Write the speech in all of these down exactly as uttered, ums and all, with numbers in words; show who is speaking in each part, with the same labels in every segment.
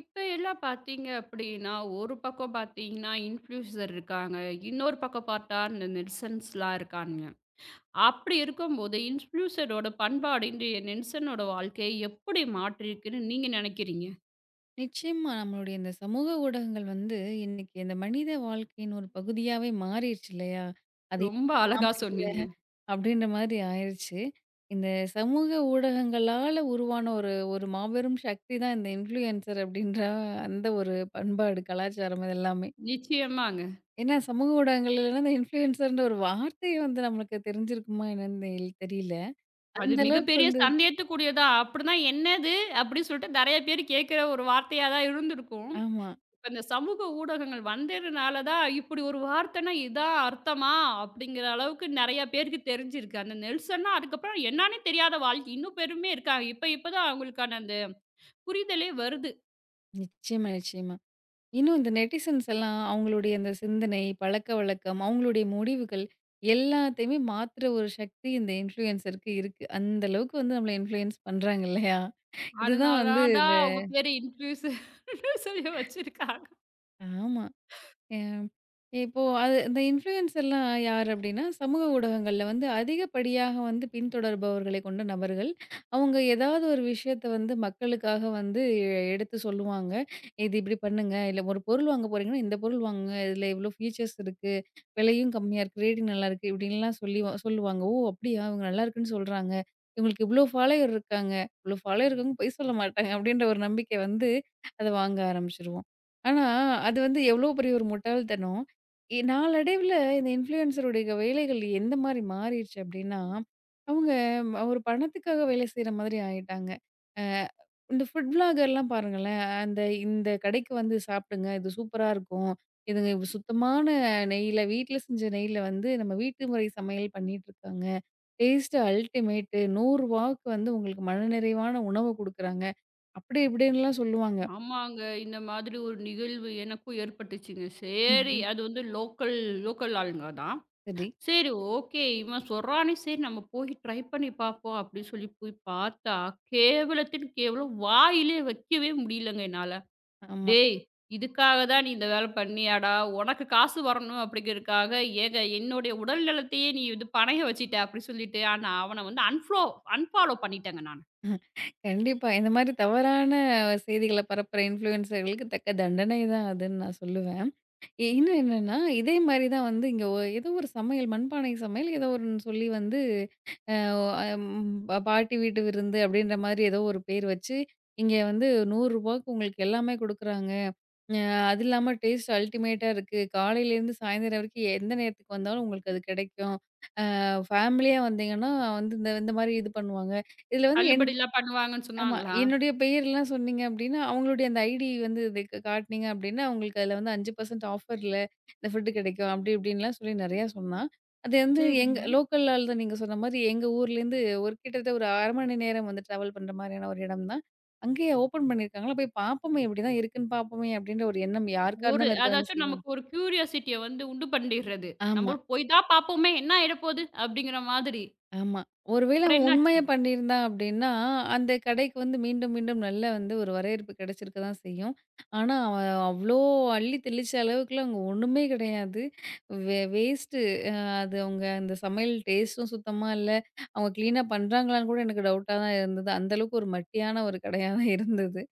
Speaker 1: இப்ப எல்லாம் பார்த்தீங்க அப்படின்னா, ஒரு பக்கம் பார்த்தீங்கன்னா இன்ஃப்ளூயன்சர் இருக்காங்க. இன்னொரு பக்கம் பார்த்தா இந்த நெல்சன்ஸ்லாம் இருக்கானுங்க. அப்படி இருக்கும்போது இன்ஃப்ளூயன்சரோட பண்பாடு இன்றைய நெல்சனோட வாழ்க்கையை எப்படி மாற்றியிருக்குன்னு நீங்க நினைக்கிறீங்க?
Speaker 2: நிச்சயமா நம்மளுடைய இந்த சமூக ஊடகங்கள் வந்து இன்னைக்கு இந்த மனித வாழ்க்கையின் ஒரு பகுதியாவே மாறிடுச்சு இல்லையா? அது
Speaker 1: ரொம்ப
Speaker 2: இல்லாம
Speaker 1: அழகா
Speaker 2: நாம இல்ல
Speaker 1: சொன்னீங்க.
Speaker 2: அப்படின்ற மாதிரி ஆயிருச்சு. இந்த சமூக ஊடகங்களால உருவான ஒரு ஒரு மாபெரும் சக்தி தான் இந்த இன்ஃப்ளூயன்சர் அப்படின்ற அந்த ஒரு பண்பாடு, கலாச்சாரம் இது எல்லாமே.
Speaker 1: நிச்சயமாங்க.
Speaker 2: ஏன்னா சமூக ஊடகங்கள் இல்லைன்னா இந்த இன்ஃப்ளூயன்சர்ன்ற ஒரு வார்த்தையே வந்து நம்மளுக்கு தெரிஞ்சிருக்குமா என்னன்னு தெரியல.
Speaker 1: அது
Speaker 2: அந்த அளவுக்கு
Speaker 1: மிகப்பெரிய
Speaker 2: வந்து
Speaker 1: சந்தேகத்துக்குரியதா. அப்படின்னா என்னது? அப்படின்னு சொல்லிட்டு நெறைய பேர் கேட்கிற ஒரு வார்த்தையா தான் இருந்திருக்கும்.
Speaker 2: ஆமா.
Speaker 1: இப்ப இந்த சமூக ஊடகங்கள் வந்ததுனால தான், இப்படி ஒரு வார்த்தைன்னா இதான் அர்த்தமா? அப்படிங்கிற அளவுக்கு நெறைய பேருக்கு தெரிஞ்சிருக்கு. அந்த நெல்சன்னா அதுக்கப்புறம் என்னான்னே தெரியாத வாழ் இன்னும் பேருமே இருக்காங்க. இப்ப இப்ப தான் அவங்களுக்கான அந்த புரிதலே வருது.
Speaker 2: நிச்சயமா, நிச்சயமா. இன்னும் இந்த நெட்டிசன்ஸ் எல்லாம் அவங்களுடைய அந்த சிந்தனை, பழக்கவழக்கம், அவங்களுடைய முடிவுகள் எல்லாத்தையுமே மாத்துற ஒரு சக்தி இந்த இன்ஃப்ளூயன்சருக்கு இருக்கு. அந்த அளவுக்கு வந்து நம்மள இன்ஃப்ளூயன்ஸ் பண்றாங்க இல்லையா? இதுதான்
Speaker 1: அதனால
Speaker 2: வந்து இந்த
Speaker 1: தான் அவங்க பேரு இன்ஃப்ளூயன்சர்ன்னு சொல்லி வச்சிருக்காங்க.
Speaker 2: ஆமா. அ இப்போ அது இந்த இன்ஃப்ளூயன்சர்லாம் யார் அப்டின்னா, சமூக ஊடகங்கள்ல வந்து அதிகப்படியாக வந்து பின்தொடர்பவர்களை கொண்ட நபர்கள். அவங்க ஏதாவது ஒரு விஷயத்த வந்து மக்களுக்காக வந்து எ- எடுத்து சொல்லுவாங்க. "இது இப்டி பண்ணுங்க. இல்ல ஒரு பொருள் வாங்க போறீங்கன்னா, இந்த பொருள் வாங்குங்க. இதுல இவ்ளோ ஃபீச்சர்ஸ் இருக்கு. விலையும் கம்மியா இருக்கு. ரேட்டிங் நல்லாயிருக்கு." இப்டின்லாம் சொல்லி வா- சொல்லுவாங்க. "ஓ! அப்டியா? இவங்க நல்லாயிருக்குன்னு சொல்றாங்க. இவங்களுக்கு இவ்ளோ ஃபாலோயர் இருக்காங்க. இவ்ளோ ஃபாலோயர் இருக்கவங்க பொய் சொல்ல மாட்டாங்க." அப்டின்ற ஒரு நம்பிக்கை வந்து அத வாங்க ஆரம்பிச்சுருவோம். ஆனா, அது வந்து எவ்ளோ பெரிய ஒரு முட்டாள்தனம். இ நாளடைவில இந்த இன்ஃப்ளூயன்சருடைய வேலைகள் எந்த மாரி மாறிருச்சு அப்டின்னா, அவங்க ம- ஒரு பணத்துக்காக வேலை செய்ற மாதிரி ஆயிட்டாங்க. அ இந்த ஃபுட் விளாகர்லாம் பாருங்களேன், அந்த இந்த கடைக்கு வந்து சாப்டுங்க, இது சூப்பரா இருக்கும். இதுங்க இவ் சுத்தமான நெய்யில வீட்ல செஞ்ச நெய்யில வந்து நம்ம வீட்டு முறை சமையல் பண்ணிட்டுருக்காங்க. டேஸ்ட் அல்டிமேட்டு, நூறு ரூவாக்கு வந்து உங்களுக்கு மனநிறைவான உணவு குடுக்குறாங்க. அப்டி இப்டின்லாம் சொல்லுவாங்க.
Speaker 1: ஆமாங்க. இந்த மாதிரி ஒரு நிகழ்வு எனக்கும் ஏற்பட்டுச்சுங்க. சரி
Speaker 2: ம்ஹ்ம்.
Speaker 1: அது வந்து லோக்கல் லோக்கல் ஆளுங்க தான்.
Speaker 2: சரி,
Speaker 1: சரி ஓகே. இவன் சொல்றானே சரி நம்ம போய் ட்ரை பண்ணி பார்ப்போம் அப்படின்னு சொல்லி போய் பார்த்தா, கேவலத்தின் கேவலம் வாயிலே வைக்கவே முடியலங்க என்னால.
Speaker 2: ஆமா.
Speaker 1: டேய்! இதுக்காக தான் நீ இந்த வேல பண்ணியாடா? உனக்கு காசு வரணும் அப்படிங்கிறதுக்காக ஏங்க என்னுடைய உடல் நலத்தையே நீ இது பணைய வச்சுட்ட அப்படி சொல்லிட்டு, ஆனா அவன வந்து அன்ஃப்லோ அன்ஃபாலோ பண்ணிட்டேங்க நானு.
Speaker 2: கண்டிப்பா. இந்த மாரி தவறான செய்திகள பரப்புற இன்ஃப்ளூயன்சர்களுக்கு தக்க தண்டனை தான் அதுன்னு நான் சொல்லுவேன். இ இன்னும் என்னன்னா, இதே மாரி தான் வந்து இங்க ஒ ஏதோ ஒரு சமையல் மண்பானை சமையல் ஏதோ ஒண்ணு சொல்லி வந்து அ ஒ அம் ப பாட்டி வீட்டு விருந்து அப்படின்ற மாரி ஏதோ ஒரு பேர் வச்சு, இங்க வந்து நூறு ரூபாய்க்கு உங்களுக்கு எல்லாமே குடுக்குறாங்க. அ அது இல்லாம டேஸ்ட் அல்டிமேட்டா இருக்கு. காலையிலேருந்து சாயந்தரம் வரைக்கும் எந்த நேரத்துக்கு வந்தாலும் உங்களுக்கு அது கிடைக்கும். அ ஃபேமிலியா வந்தீங்கன்னா வந்து இந்த இந்த மாரி இது பண்ணுவாங்க. இதுல வந்து என்
Speaker 1: தள்ளுபடிலாம் பண்ணுவாங்கன்னு
Speaker 2: ஆமா.
Speaker 1: சொன்னாங்களா?
Speaker 2: என்னுடைய பெயர்லாம் சொன்னீங்க அப்டின்னா, அவங்களுடைய அந்த ஐடி வந்து இது க காட்னீங்க அப்டின்னா, உங்களுக்கு அதுல வந்து ஐந்து சதவீதம் ஆஃபர்ல இந்த ஃபுட் கிடைக்கும். அப்டி இப்டின்லாம் சொல்லி நெறையா சொன்னா. அது வந்து எங்க
Speaker 1: சரிங்க.
Speaker 2: லோக்கல் ஆள் தான் நீங்க சொன்ன மாரி எங்க ஊர்லேருந்து ஒரு கிட்டத்தட்ட ஒரு அரை மணி நேரம் வந்து ட்ராவல் பண்ற மாரியான ஒரு இடம் தான். அங்கேயே ஓப்பன் பண்ணியிருக்காங்களா போய் பார்ப்போமே எப்டிதான் இருக்குன்னு பார்ப்போமே அப்டின்ற ஒரு எண்ணம் யாருக்கா
Speaker 1: ஒரு
Speaker 2: இருந்தாலும் இருக்க தானே
Speaker 1: அதாச்சும்
Speaker 2: செய்யும்.
Speaker 1: நமக்கு ஒரு கியூரியாசிட்டிய வந்து உண்டு பண்ணிடுறது.
Speaker 2: ஆமா.
Speaker 1: நம்ம போய் தான் பார்ப்போமே என்ன ஆயிட போகுது அப்படிங்கிற மாதிரி.
Speaker 2: ஆமா. ஒருவேள
Speaker 1: அப்புறம்
Speaker 2: அவன்
Speaker 1: என்னாச்சு?
Speaker 2: உண்மையா பண்ணியிருந்தான் அப்டின்னா, அந்த கடைக்கு வந்து மீண்டும் மீண்டும் நல்ல வந்து ஒரு வரவேற்பு கிடைச்சிருக்க தான் செய்யும். ஆனா, அவன் அவ்ளோ அள்ளி தெளிச்ச அளவுக்குலாம் அங்க ஒண்ணுமே கிடையாது. வே வேஸ்ட்டு. அ அது அவங்க அந்த சமையல் டேஸ்ட்டும் சுத்தமா இல்ல. அவங்க கிளீனா பண்றாங்களான்னு கூட எனக்கு டவுட்டா தான் இருந்தது. அந்த அளவுக்கு ஒரு மட்டியான ஒரு கடையா தான் இருந்தது.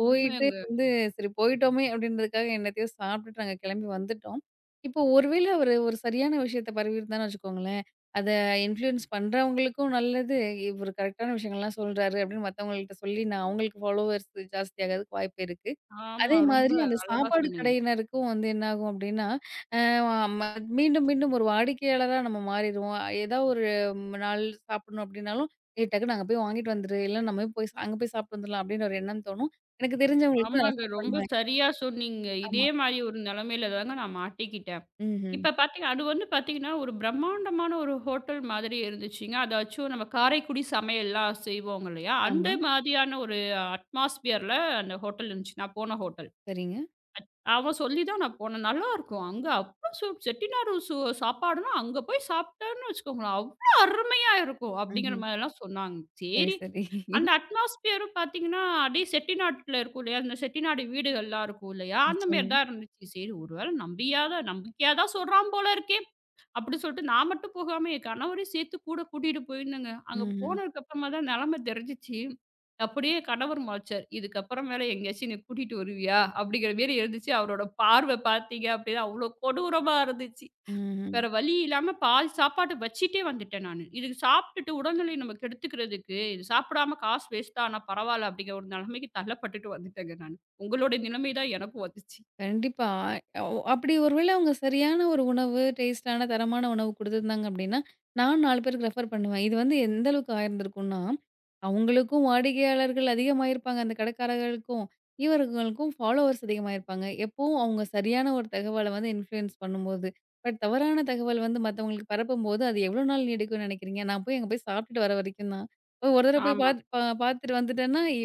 Speaker 2: போயிட்டு
Speaker 1: உண்மைங்க.
Speaker 2: வந்து சரி போயிட்டோமே அப்டின்றதுக்காக என்னத்தையோ சாப்ட்டுட்டு நாங்க கிளம்பி வந்துட்டோம். இப்போ ஒருவேள அவரு ஒரு சரியான விஷயத்த பரவியிருந்தான்னு வச்சுக்கோங்களேன். அத இன்ஃப்ளூயன்ஸ் பண்றவங்களுக்கும் நல்லது. இவரு கரெக்ட்டான விஷயங்கள்லாம் சொல்றாரு அப்படின்னு மத்தவங்கள்ட்ட சொல்லி நான் அவங்களுக்கு ஃபாலோவர்ஸ் ஜாஸ்தியாகறதுக்கு வாய்ப்பு இருக்கு. அதே
Speaker 1: ஆமா.
Speaker 2: ம்.
Speaker 1: ரொம்ப
Speaker 2: மாதிரி அந்த
Speaker 1: அழகா
Speaker 2: சாப்பாடு
Speaker 1: சொன்னீங்க.
Speaker 2: கடையினருக்கும் வந்து என்ன ஆகும் அப்படின்னா, அ ம மீண்டும் மீண்டும் ஒரு வாடிக்கையாளரா நம்ம மாறிருவோம். ஏதா ஒரு ம், நாள் சாப்பிடணும் அப்படின்னாலும், "ஏய் டக்குனு அங்க போய் வாங்கிட்டு வந்துரு. இல்ல நம்ம போய் அங்க போய் சாப்பிட்டு வந்துரலாம்" அப்படின்னு ஒரு எண்ணம் தோணும். எனக்கு தெரிஞ்சவங்களுக்கு நான்
Speaker 1: ஆமாங்க.
Speaker 2: ரெஃபர்
Speaker 1: ரொம்ப
Speaker 2: பண்ணுவேன்.
Speaker 1: சரியா சொன்னீங்க. இதே
Speaker 2: ஆமா.
Speaker 1: மாரி ஒரு நிலைமையில தாங்க நான் மாட்டிக்கிட்டேன்.
Speaker 2: ம்ஹ்ம்.
Speaker 1: இப்ப பாத்தீங்க அது வந்து பாத்தீங்கன்னா, ஒரு பிரம்மாண்டமான ஒரு ஹோட்டல் மாதிரி இருந்துச்சுங்க. அதாச்சும் நம்ம காரைக்குடி சமையல்லாம் செய்வோங்க இல்லையா? அந்த
Speaker 2: ஆமா.
Speaker 1: மாதிரியான ஒரு அட்மாஸ்பியர்ல அந்த ஹோட்டல் இருந்துச்சு. நான் போன ஹோட்டல்.
Speaker 2: சரிங்க.
Speaker 1: அவன் சொல்லி தான் நான் போனேன். நல்லாருக்கும். அங்க அவ்ளோ சு செட்டிநாடு சு சாப்பாடுன்னா, அங்க போய் சாப்பிட்டோன்னு வச்சுக்கோங்களேன், அவ்ளோ அருமையா இருக்கும். அப்படிங்கிற
Speaker 2: ம்ஹ்ம்.
Speaker 1: மாரிலாம் சொன்னாங்க.
Speaker 2: சரி,
Speaker 1: சரி,
Speaker 2: சரி.
Speaker 1: அந்த அட்மாஸ்பியரும் பார்த்தீங்கன்னா, அப்படியே செட்டிநாட்ல இருக்கும் இல்லையா? அந்த செட்டிநாடு வீடுகள்லாம் இருக்கும் இல்லையா? அந்த மாரி
Speaker 2: நிச்சயமா.
Speaker 1: தான் இருந்துச்சு. சரி, ஒரு வேளை நம்பியா தான் நம்பிக்கையா தான் சொல்றான் போல இருக்கே! அப்படி சொல்லிட்டு நான் மட்டும் போகாம என் கணவரையும் சேர்த்து கூட கூட்டிட்டு போயிருந்தேங்க. அங்க
Speaker 2: ம்ஹ்ம்.
Speaker 1: போனதுக்கு அப்புறமா தான் நிலைமை தெரிஞ்சுச்சு. அப்படியே கணவர் முழச்சார். "இதுக்கப்புறமேல எங்கேயாச்சும் என்னை கூட்டிட்டு வருவியா?" அப்படிங்கிற மாரி இருந்துச்சு. அவரோட பார்வை பார்த்தீங்க அப்படின்னா அவ்வளோ கொடூரமா இருந்துச்சு.
Speaker 2: ம்ஹ்ம்.
Speaker 1: வேற வழி இல்லாம பாதி சாப்பாட்ட வச்சுட்டே வந்துட்டேன் நானு. இதுக்கு சாப்பிட்டுட்டு உடல்நிலை நம்ம கெடுத்துக்கிறதுக்கு, இது சாப்பிடாம காசு வேஸ்ட்டா ஆனா பரவால்ல அப்படிங்கிற ஒரு நிலைமைக்கு தள்ளப்பட்டுட்டு வந்துட்டேங்க நானு. உங்களோட நிலைமை தான் எனக்கும் வந்துச்சு.
Speaker 2: கண்டிப்பா. அ ஒ அப்படி ஒரு வேள அவங்க சரியான ஒரு உணவு, டேஸ்ட்டான தரமான உணவு குடுத்துருந்தாங்க அப்படின்னா, நான் நாலு பேருக்கு ரெஃபர் பண்ணுவேன். இது வந்து எந்த அளவுக்கு ஆயிருந்திருக்கும்னா, அவங்களுக்கும் வாடிக்கையாளர்கள் அதிகமாயிருப்பாங்க, அந்த கடைக்காரர்களுக்கும். இவர்களுக்கும் ஃபாலோவர்ஸ் அதிகமாயிருப்பாங்க. எப்பவும் அவங்க சரியான ஒரு தகவல வந்து இன்ஃப்ளூயன்ஸ் பண்ணும்போது. பட் தவறான தகவல் வந்து மத்தவங்களுக்கு பரப்பும்போது, அது எவ்வளோ நாள் நீடிக்கும்னு நெனைக்கிறீங்க? நான் போய் அங்க போய் சாப்பிட்டுட்டு வர வரைக்கும் தான். ஒரு தடவ போய்
Speaker 1: ஆமா.
Speaker 2: பாத் பா பாத்துட்டு வந்துட்டேன்னா, இ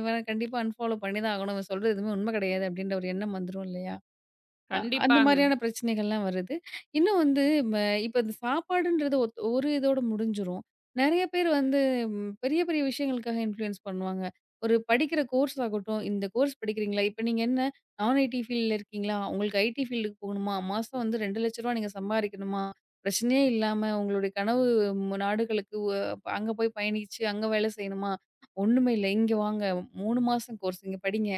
Speaker 2: இவன கண்டிப்பா அன்ஃபாலோ பண்ணி தான் ஆகணும். இவன் சொல்றது எதுவுமே உண்மை கிடையாது, அப்படின்ற ஒரு எண்ணம் வந்துரும் இல்லையா? அ அந்த
Speaker 1: கண்டிப்பாங்க.
Speaker 2: மாரியான பிரச்சனைகள்லாம் வருது. இன்னும் வந்து ம இப்ப இந்த சாப்பாடுன்றது ஒத் ஒரு இதோட முடிஞ்சிரும். நெறைய பேர் வந்து ம் பெரிய பெரிய விஷயங்களுக்காக இன்ஃப்ளூயன்ஸ் பண்ணுவாங்க. ஒரு படிக்கிற கோர்ஸ் ஆகட்டும், இந்த கோர்ஸ் படிக்கிறீங்களா? இப்ப நீங்க என்ன நான் ஐடி ஃபீல்டுல இருக்கீங்களா? உங்களுக்கு ஐடி ஃபீல்டுக்கு போகணுமா? மாசம் வந்து ரெண்டு லட்சம் ரூபாய் நீங்க சம்பாரிக்கணுமா? பிரச்சனையே இல்லாம உங்களுடைய கனவு ம் நாடுகளுக்கு ஒ அங்க போய் பயணிச்சு, அங்க வேலை செய்யணுமா? ஒண்ணுமே இல்ல. இங்க வாங்க மூணு மாசம் கோர்ஸ் இங்க படிங்க.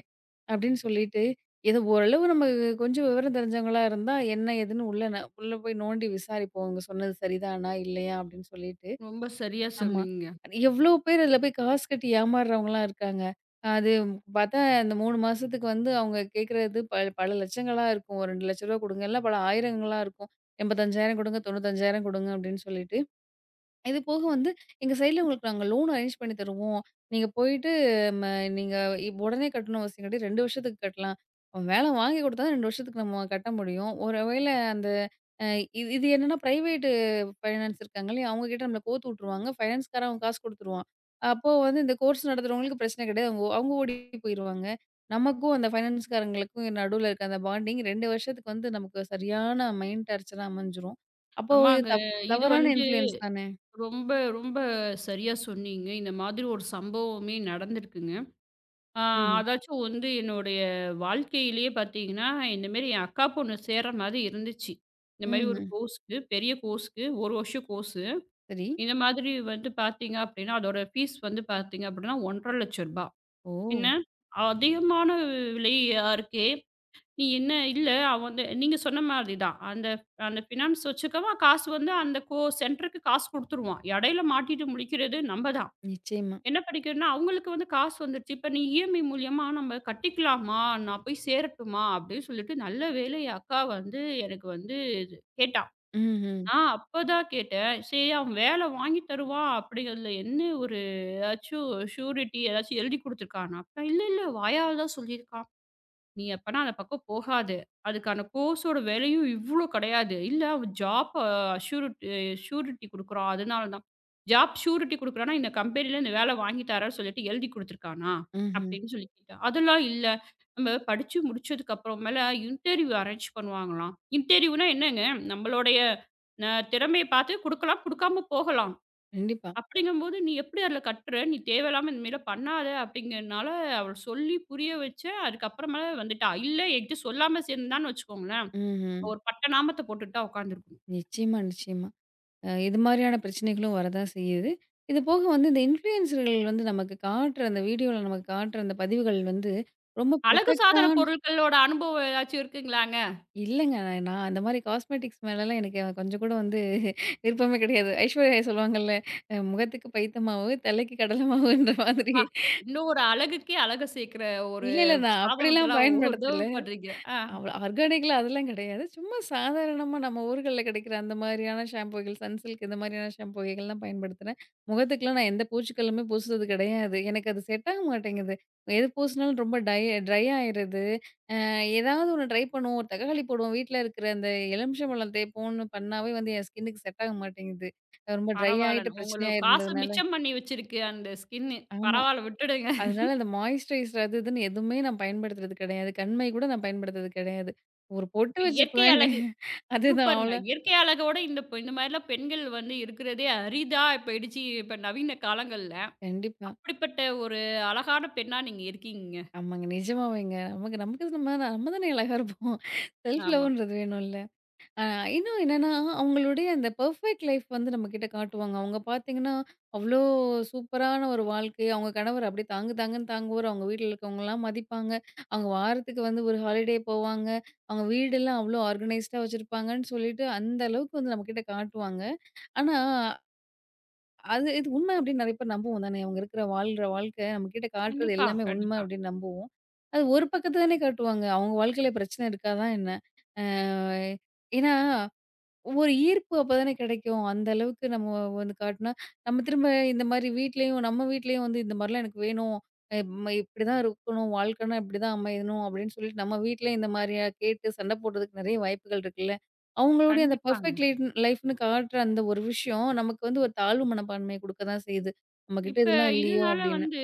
Speaker 2: அப்படின்னு சொல்லிட்டு, ஏதோ ஓரளவு நம்ம கொஞ்சம் விவரம் தெரிஞ்சவங்களா இருந்தா, என்ன ஏதுன்னு உள்ள ந உள்ள போய் நோண்டி விசாரிப்போம். அவங்க சொன்னது சரிதானா? இல்லையா? அப்படின்னு சொல்லிட்டு.
Speaker 1: ரொம்ப சரியா
Speaker 2: ஆமா.
Speaker 1: சொன்னீங்க.
Speaker 2: எவ்ளோ பேர் அதில போய் காசு கட்டி ஏமாறுறவங்கலாம் இருக்காங்க. அது பார்த்தா அந்த மூணு மாசத்துக்கு வந்து அவங்க கேட்கறது ப பல லட்சங்களா இருக்கும். ஒரு ரெண்டு லட்சம் ரூபாய் குடுங்க. இல்ல பல ஆயிரங்களா இருக்கும். எண்பத்தி ஐந்து ஆயிரம் குடுங்க, தொண்ணூற்றி ஐந்து ஆயிரம் குடுங்க அப்படின்னு சொல்லிட்டு. இது போக வந்து எங்க சைட்ல உங்களுக்கு நாங்க லோன் அரேஞ்ச் பண்ணி தருவோம். நீங்க போயிட்டு ம நீங்க இப் உடனே கட்டணும்னு அவசியம் கிடையாது. ரெண்டு வருஷத்துக்கு கட்டலாம். அவன் வேலை வாங்கி குடுத்தா தான் ரெண்டு வருஷத்துக்கு நம்ம கட்ட முடியும். ஒருவேளை அந்த அ இது இது என்னன்னா பிரைவேட் ஃபைனான்ஸ் இருக்காங்க இல்லையா? அவங்க கிட்ட நம்மள கோத்து விட்டுருவாங்க. ஃபைனான்ஸ்காரன் அவன் காசு குடுத்துருவான். அப்போ வந்து இந்த கோர்ஸ் நடத்துறவங்களுக்கு பிரச்சனை கிடையாது. அவங்க அவங்க ஓடி போயிருவாங்க. நமக்கும் அந்த ஃபைனான்ஸ்காரங்களுக்கும் நடுவுல இருக்க அந்த பாண்டிங் ரெண்டு வருஷத்துக்கு வந்து நமக்கு சரியான மைண்ட் டார்ச்சரா அமைஞ்சிரும். அப்போ இது
Speaker 1: ஆமாங்க.
Speaker 2: தப்
Speaker 1: இது
Speaker 2: தவறான
Speaker 1: வந்து
Speaker 2: இன்ஃப்ளூயன்ஸ் தானே!
Speaker 1: ரொம்ப, ரொம்ப சரியா சொன்னீங்க. இந்த மாதிரி ஒரு சம்பவமே நடந்திருக்குங்க. ஆ
Speaker 2: ம்ஹ்ம்.
Speaker 1: அதாச்சும் வந்து என்னுடைய வாழ்க்கையிலேயே பார்த்தீங்கன்னா, இந்த மாரி என் அக்கா பொண்ணு சேர்ற மாதிரி இருந்துச்சு. இந்த மாரி ஒரு
Speaker 2: ம்ஹ்ம்.
Speaker 1: கோர்ஸ்க்கு, பெரிய கோர்ஸ்க்கு ஒரு வருஷம் கோர்ஸு.
Speaker 2: சரி.
Speaker 1: இந்த மாதிரி வந்து பார்த்தீங்க அப்டின்னா, அதோட ஃபீஸ் வந்து பார்த்தீங்க அப்டின்னா ஒரு லட்சத்து ஐம்பதாயிரம் ரூபாய்.
Speaker 2: ஓ!
Speaker 1: என்ன அதிகமான விலையா இருக்கே! நீ என்ன இல்ல அவ வந்து நீங்க சொன்ன மாதிரி தான். அந்த அந்த ஃபினான்ஸ் வச்சுக்கவன் காசு வந்து அந்த கோ சென்டருக்கு காசு குடுத்துருவான். இடையில மாட்டிட்டு முழிக்கிறது நம்ம தான்.
Speaker 2: நிச்சயமா.
Speaker 1: என்ன படிக்கிறன்னா, அவங்களுக்கு வந்து காசு வந்துருச்சு. இப்ப நீ இஎம்ஐ மூலியமா நம்ம கட்டிக்கலாமா? நான் போய் சேரட்டுமா? அப்படின்னு சொல்லிட்டு நல்ல வேளை என் அக்கா வந்து எனக்கு வந்து இது கேட்டா.
Speaker 2: ம்ஹ்ம்.
Speaker 1: நான் அப்பதான் கேட்டேன். சரி அவன் வேலை வாங்கி தருவான் அப்படிங்கிறதுல என்ன ஒரு ஏதாச்சும் ஷூரிட்டி ஏதாச்சும் எழுதி குடுத்துருக்கானா? அப்ப இல்ல இல்ல வாயால தான் சொல்லியிருக்கான். நீ அப்பனா அந்த பக்கம் போகாத. அதுக்கான கோர்ஸோட விலையும் இவ்ளோ கிடையாது. இல்ல அவ ஜாப் அ அஷ்யூரிட் ஷ்யூரிட்டி குடுக்குறான். அதனால தான். ஜாப் ஷ்யூரிட்டி குடுக்குறான்னா, இந்த கம்பெனில இந்த வேலை வாங்கி தரேன்னு சொல்லிட்டு எழுதி குடுத்துருக்கானா?
Speaker 2: ம்ஹ்ம்.
Speaker 1: அப்படின்னு சொல்லி கேட்டேன். அதெல்லாம் இல்ல. நம்ம படிச்சு முடிச்சதுக்கு அப்புறமேல இன்டர்வியூ அரேஞ்ச் பண்ணுவாங்களாம். இன்டர்வியூனா என்னங்க? நம்மளுடைய அ திறமைய பார்த்து குடுக்கலாம், குடுக்காம போகலாம்.
Speaker 2: கண்டிப்பா.
Speaker 1: அப்படிங்கும்போது, "நீ எப்படி அதுல கட்டுற? நீ தேவையில்லாம இந்த மாரிலாம் பண்ணாத" அப்படிங்கிறனால அவள சொல்லி புரிய வச்சேன். அதுக்கப்புறமேல வந்துட்டா. இல்ல என்கிட்ட சொல்லாம சேர்ந்தான்னு வச்சுக்கோங்களேன்,
Speaker 2: ம்ஹ்ம்.
Speaker 1: ஒரு பட்ட நாமத்த போட்டுட்டு தான் உட்காந்துருக்கணும்.
Speaker 2: நிச்சயமா, நிச்சயமா. அ இது மாரியான பிரச்சனைகளும் வரதான் செய்யுது. இது போக வந்து இந்த இன்ஃப்ளூயன்சர்கள் வந்து நமக்கு காட்டுற அந்த வீடியோல நமக்கு காட்டுற அந்த பதிவுகள் வந்து ரொம்ப
Speaker 1: அழகு சாதன
Speaker 2: பெர்ஃபெக்ட்டான
Speaker 1: பொருட்களோட அனுபவம் ஏதாச்சும் இருக்குங்களாங்க?
Speaker 2: இல்லங்க. நான் அந்த மாரி காஸ்மெட்டிக்ஸ் மேலலாம் எனக்கு கொஞ்சம் கூட வந்து விருப்பமே கிடையாது. ஐஸ்வர்யா ராய் சொல்லுவாங்கல்ல, "அ "முகத்துக்கு பைத்த மாவு, தலைக்கு கடலை மாவுன்ற" மாதிரி.
Speaker 1: அப்பா! இன்னும் ஒரு அழகுக்கே அழக சேர்க்கிற ஒரு
Speaker 2: இல்ல, இல்ல. நான் அப்படிலாம்
Speaker 1: சாதனத்தலாம் உதவி
Speaker 2: பயன்படுத்தல.
Speaker 1: பண்றீங்க. ஆ
Speaker 2: அவ் ஆர்கானிக்ல அதெல்லாம் கிடையாது. சும்மா சாதாரணமா நம்ம ஊர்கள்ல கிடைக்கிற அந்த மாதிரியான ஷாம்பூகள், சன்சில்க் இந்த மாதிரியான ஷாம்பூ வகைகள்லாம் பயன்படுத்துனேன். முகத்துக்குலாம் நான் எந்த பூச்சிக்களுமே பூசுறது கிடையாது. எனக்கு அது செட் ஆக மாட்டேங்குது. எது பூசினாலும் ரொம்ப டை ட்ரை ஆயிருது. அ ஏதாவது ஒண்ணு ட்ரை பண்ணுவோம். ஒரு தக்காளி போடுவோம். வீட்ல இருக்கிற அந்த எலுமிச்சம்பழம் தேய்ப்போம்னு பண்ணாவே வந்து என் ஸ்கின்னுக்கு செட் ஆக மாட்டேங்குது. அது ரொம்ப ட்ரை ஆயிட்டு
Speaker 1: பரவால்லங்க.
Speaker 2: பிரச்சனையா
Speaker 1: உங்களுக்கு காச
Speaker 2: இருந்ததுனால
Speaker 1: மிச்சம் பண்ணி வச்சிருக்கு அந்த ஸ்கின்னு.
Speaker 2: ஆமா.
Speaker 1: பரவால்ல விட்டுடுங்க.
Speaker 2: அதனால அந்த மாய்ஸ்சரைசர் அது இதுன்னு எதுவுமே நான் பயன்படுத்துறது கிடையாது. கண்மை கூட நான் பயன்படுத்துறது கிடையாது. ஒரு பொட்டு
Speaker 1: இப்ப இயற்கை
Speaker 2: வச்சுக்குவேன்னு
Speaker 1: அழக
Speaker 2: அதுதான்
Speaker 1: சூப்பருங்க.
Speaker 2: அவ்வளோ
Speaker 1: இயற்கை அழகோட இந்த பெ இந்த மாரிலாம் பெண்கள் வந்து இருக்கிறதே அரிதா போயிடுச்சு இப்ப நவீன காலங்கள்ல.
Speaker 2: கண்டிப்பா.
Speaker 1: அப்படிப்பட்ட ஒரு அழகான பெண்ணா நீங்க இருக்கீங்கங்க.
Speaker 2: ஆமாங்க நிஜமாவேங்க. நமக்கு நமக்கு நம்ம நம்ம தானே அழகா இருப்போம். செல்ஃப்
Speaker 1: ஆமா.
Speaker 2: லவ்ன்றது வேணும்ல. அ இன்னும் என்னன்னா, அவங்களுடைய அந்த பெர்ஃபெக்ட் லைஃப் வந்து நம்மகிட்ட காட்டுவாங்க. அவங்க பார்த்தீங்கன்னா, அவ்ளோ சூப்பரான ஒரு வாழ்க்கை. அவங்க கணவர் அப்படியே தாங்கு தாங்குன்னு தாங்குவாரு. அவங்க வீட்ல இருக்கவங்கலாம் மதிப்பாங்க. அவங்க வாரத்துக்கு வந்து ஒரு ஹாலிடே போவாங்க. அவங்க வீடெல்லாம் அவ்ளோ ஆர்கனைஸ்டா வச்சிருப்பாங்கன்னு சொல்லிட்டு, அந்த அளவுக்கு வந்து நம்மகிட்ட காட்டுவாங்க. ஆனா, அது இது உண்மை அப்படின்னு நெறைய பேர் நம்புவோம் தானே. அவங்க இருக்கிற வாழ்ற வாழ்க்கை நம்மகிட்ட காட்டுறது
Speaker 1: கண்டிப்பா,
Speaker 2: எல்லாமே உண்மை
Speaker 1: கண்டிப்பா.
Speaker 2: அப்படின்னு நம்புவோம். அது ஒரு பக்கத்த தானே காட்டுவாங்க. அவங்க வாழ்க்கையில பிரச்சனை இருக்காதா என்ன? அ ஏன்னா ஒரு ஈர்ப்பு அப்பதானே கிடைக்கும். அந்த அளவுக்கு நம்ம வந்து காட்டுனா, நம்ம திரும்ப இந்த மாரி வீட்லயும் நம்ம வீட்லயும் வந்து இந்த மாரிலாம் எனக்கு வேணும். அ ம இப்படிதான் இருக்கணும். வாழ்க்கைனா இப்படிதான் அமையணும் அப்படின்னு சொல்லிட்டு நம்ம வீட்லயும் இந்த மாரியா கேட்டு சண்டை போடுறதுக்கு நெறைய வாய்ப்புகள் இருக்குல்ல. அவங்களுடைய அந்த
Speaker 1: கண்டிப்பாங்க.
Speaker 2: பெர்ஃபெக்ட் லைட் லைஃப்ன்னு காட்டுற அந்த ஒரு விஷயம் நமக்கு வந்து ஒரு தாழ்வு மனப்பான்மைய குடுக்க தான் செய்யுது. நம்ம கிட்ட
Speaker 1: இப்ப
Speaker 2: இதெல்லாம் இல்லையோ!
Speaker 1: இதனால
Speaker 2: அப்படின்னு.
Speaker 1: வந்து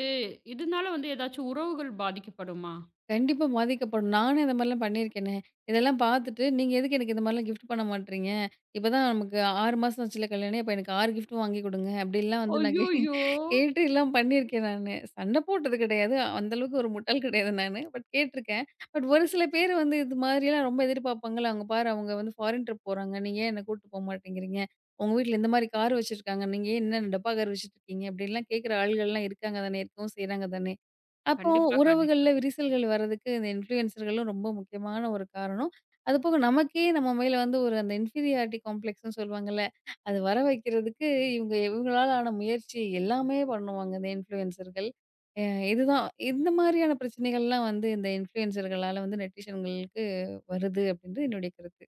Speaker 1: இதனால வந்து ஏதாச்சும் உறவுகள் பாதிக்கப்படுமா?
Speaker 2: கண்டிப்பா பாதிக்கப்படும். நானும் இந்த மாரிலாம் பண்ணியிருக்கேனே! இதெல்லாம் பார்த்துட்டு, நீங்க எதுக்கு எனக்கு இந்த மாரிலாம் கிஃப்ட் பண்ண மாட்றீங்க? இப்பதான் நமக்கு ஆறு மாசம் ஆச்சுல்ல கல்யாணம். அப்ப எனக்கு ஆறு கிஃப்ட் வாங்கி குடுங்க. அப்படிலாம் வந்து நான் கே
Speaker 1: ஐய்யய்யோ!
Speaker 2: கேட்டு எல்லாம் பண்ணியிருக்கேன் நானு. சண்டை போட்டது கிடையாது. அந்த அளவுக்கு ஒரு முட்டாள் கிடையாது நானு. பட் கேட்டுருக்கேன். பட் ஒரு சில பேர் வந்து இது மாதிரிலாம் ரொம்ப எதிர்பார்ப்பாங்கல்ல. "அங்க பாரு அவங்க வந்து ஃபாரின் ட்ரிப் போறாங்க. நீங்க ஏன் என்ன கூட்டு போ மாட்டேங்கிறீங்க? உங்க வீட்ல இந்த மாரி கார் வச்சிருக்காங்க. நீங்க ஏன் என்ன டப்பா கார் வச்சுட்டு இருக்கீங்க?" அப்படின்லாம் கேட்கிற ஆள்கள்லாம் இருக்காங்க தானே! இருக்கவும் செய்றாங்க தானே! அப்போ
Speaker 1: கண்டிப்பா, கண்டிப்பா.
Speaker 2: உறவுகள்ல விரிசல்கள் வர்றதுக்கு இந்த இன்ஃப்ளூயன்சர்களும் ரொம்ப முக்கியமான ஒரு காரணம். அதுபோக நமக்கே நம்ம மேல வந்து ஒரு அந்த இன்ஃபீரியாரிட்டி காம்ப்ளெக்ஸ்ன்னு சொல்லுவாங்கல்ல, அது வர வைக்கிறதுக்கு இவங்க இவங்களால ஆன முயற்சி எல்லாமே பண்ணுவாங்க இந்த இன்ஃப்ளூயன்சர்கள். அ இதுதான் இந்த மாதிரியான பிரச்சனைகள்லாம் வந்து இந்த இன்ஃப்ளூயன்சர்களால வந்து நெட்டிசன்களுக்கு வருது அப்படின்றது என்னுடைய கருத்து.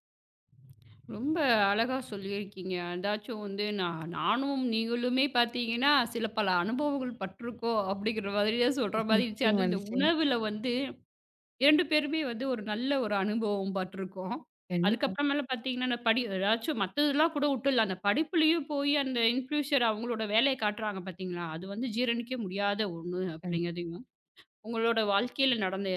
Speaker 1: ரொம்ப அழகா சொல்லியிருக்கீங்க. அதாச்சும் வந்து நான் நானும் நீங்களுமே பார்த்தீங்கன்னா, சில பல அனுபவங்கள் பட்டிருக்கோம் அப்படிங்கிற மாதிரியே சொல்ற மாதிரி இருந்துச்சு.
Speaker 2: நிச்சயமா,
Speaker 1: அதுவும் இந்த
Speaker 2: நிச்சயமா.
Speaker 1: உணவுல வந்து ரெண்டு பேருமே வந்து ஒரு நல்ல ஒரு அனுபவம் பட்டுருக்கோம்.
Speaker 2: கண்டிப்பா.
Speaker 1: அதுக்கப்புறமேல பார்த்தீங்கன்னா, அந்த படி ஏதாச்சும் மத்ததெல்லாம் கூட விட்டுடலாம். அந்த படிப்புலயும் போய் அந்த இன்ஃப்யூஷர் அவங்களோட வேலைய காட்டுறாங்க பார்த்தீங்களா, அது வந்து ஜீரணிக்க முடியாத ஒண்ணு
Speaker 2: கண்
Speaker 1: அப்படிங்கிறதையும், உங்களோட வாழ்க்கையில நடந்த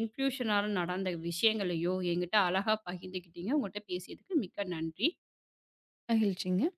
Speaker 1: இன்ஃப்யூஷனால நடந்த விஷயங்களையோ என்கிட்ட அழகா பகிர்ந்துக்கிட்டீங்க. உங்கள்ட்ட பேசியதுக்கு மிக்க நன்றி.
Speaker 2: மகிழ்ச்சிங்க.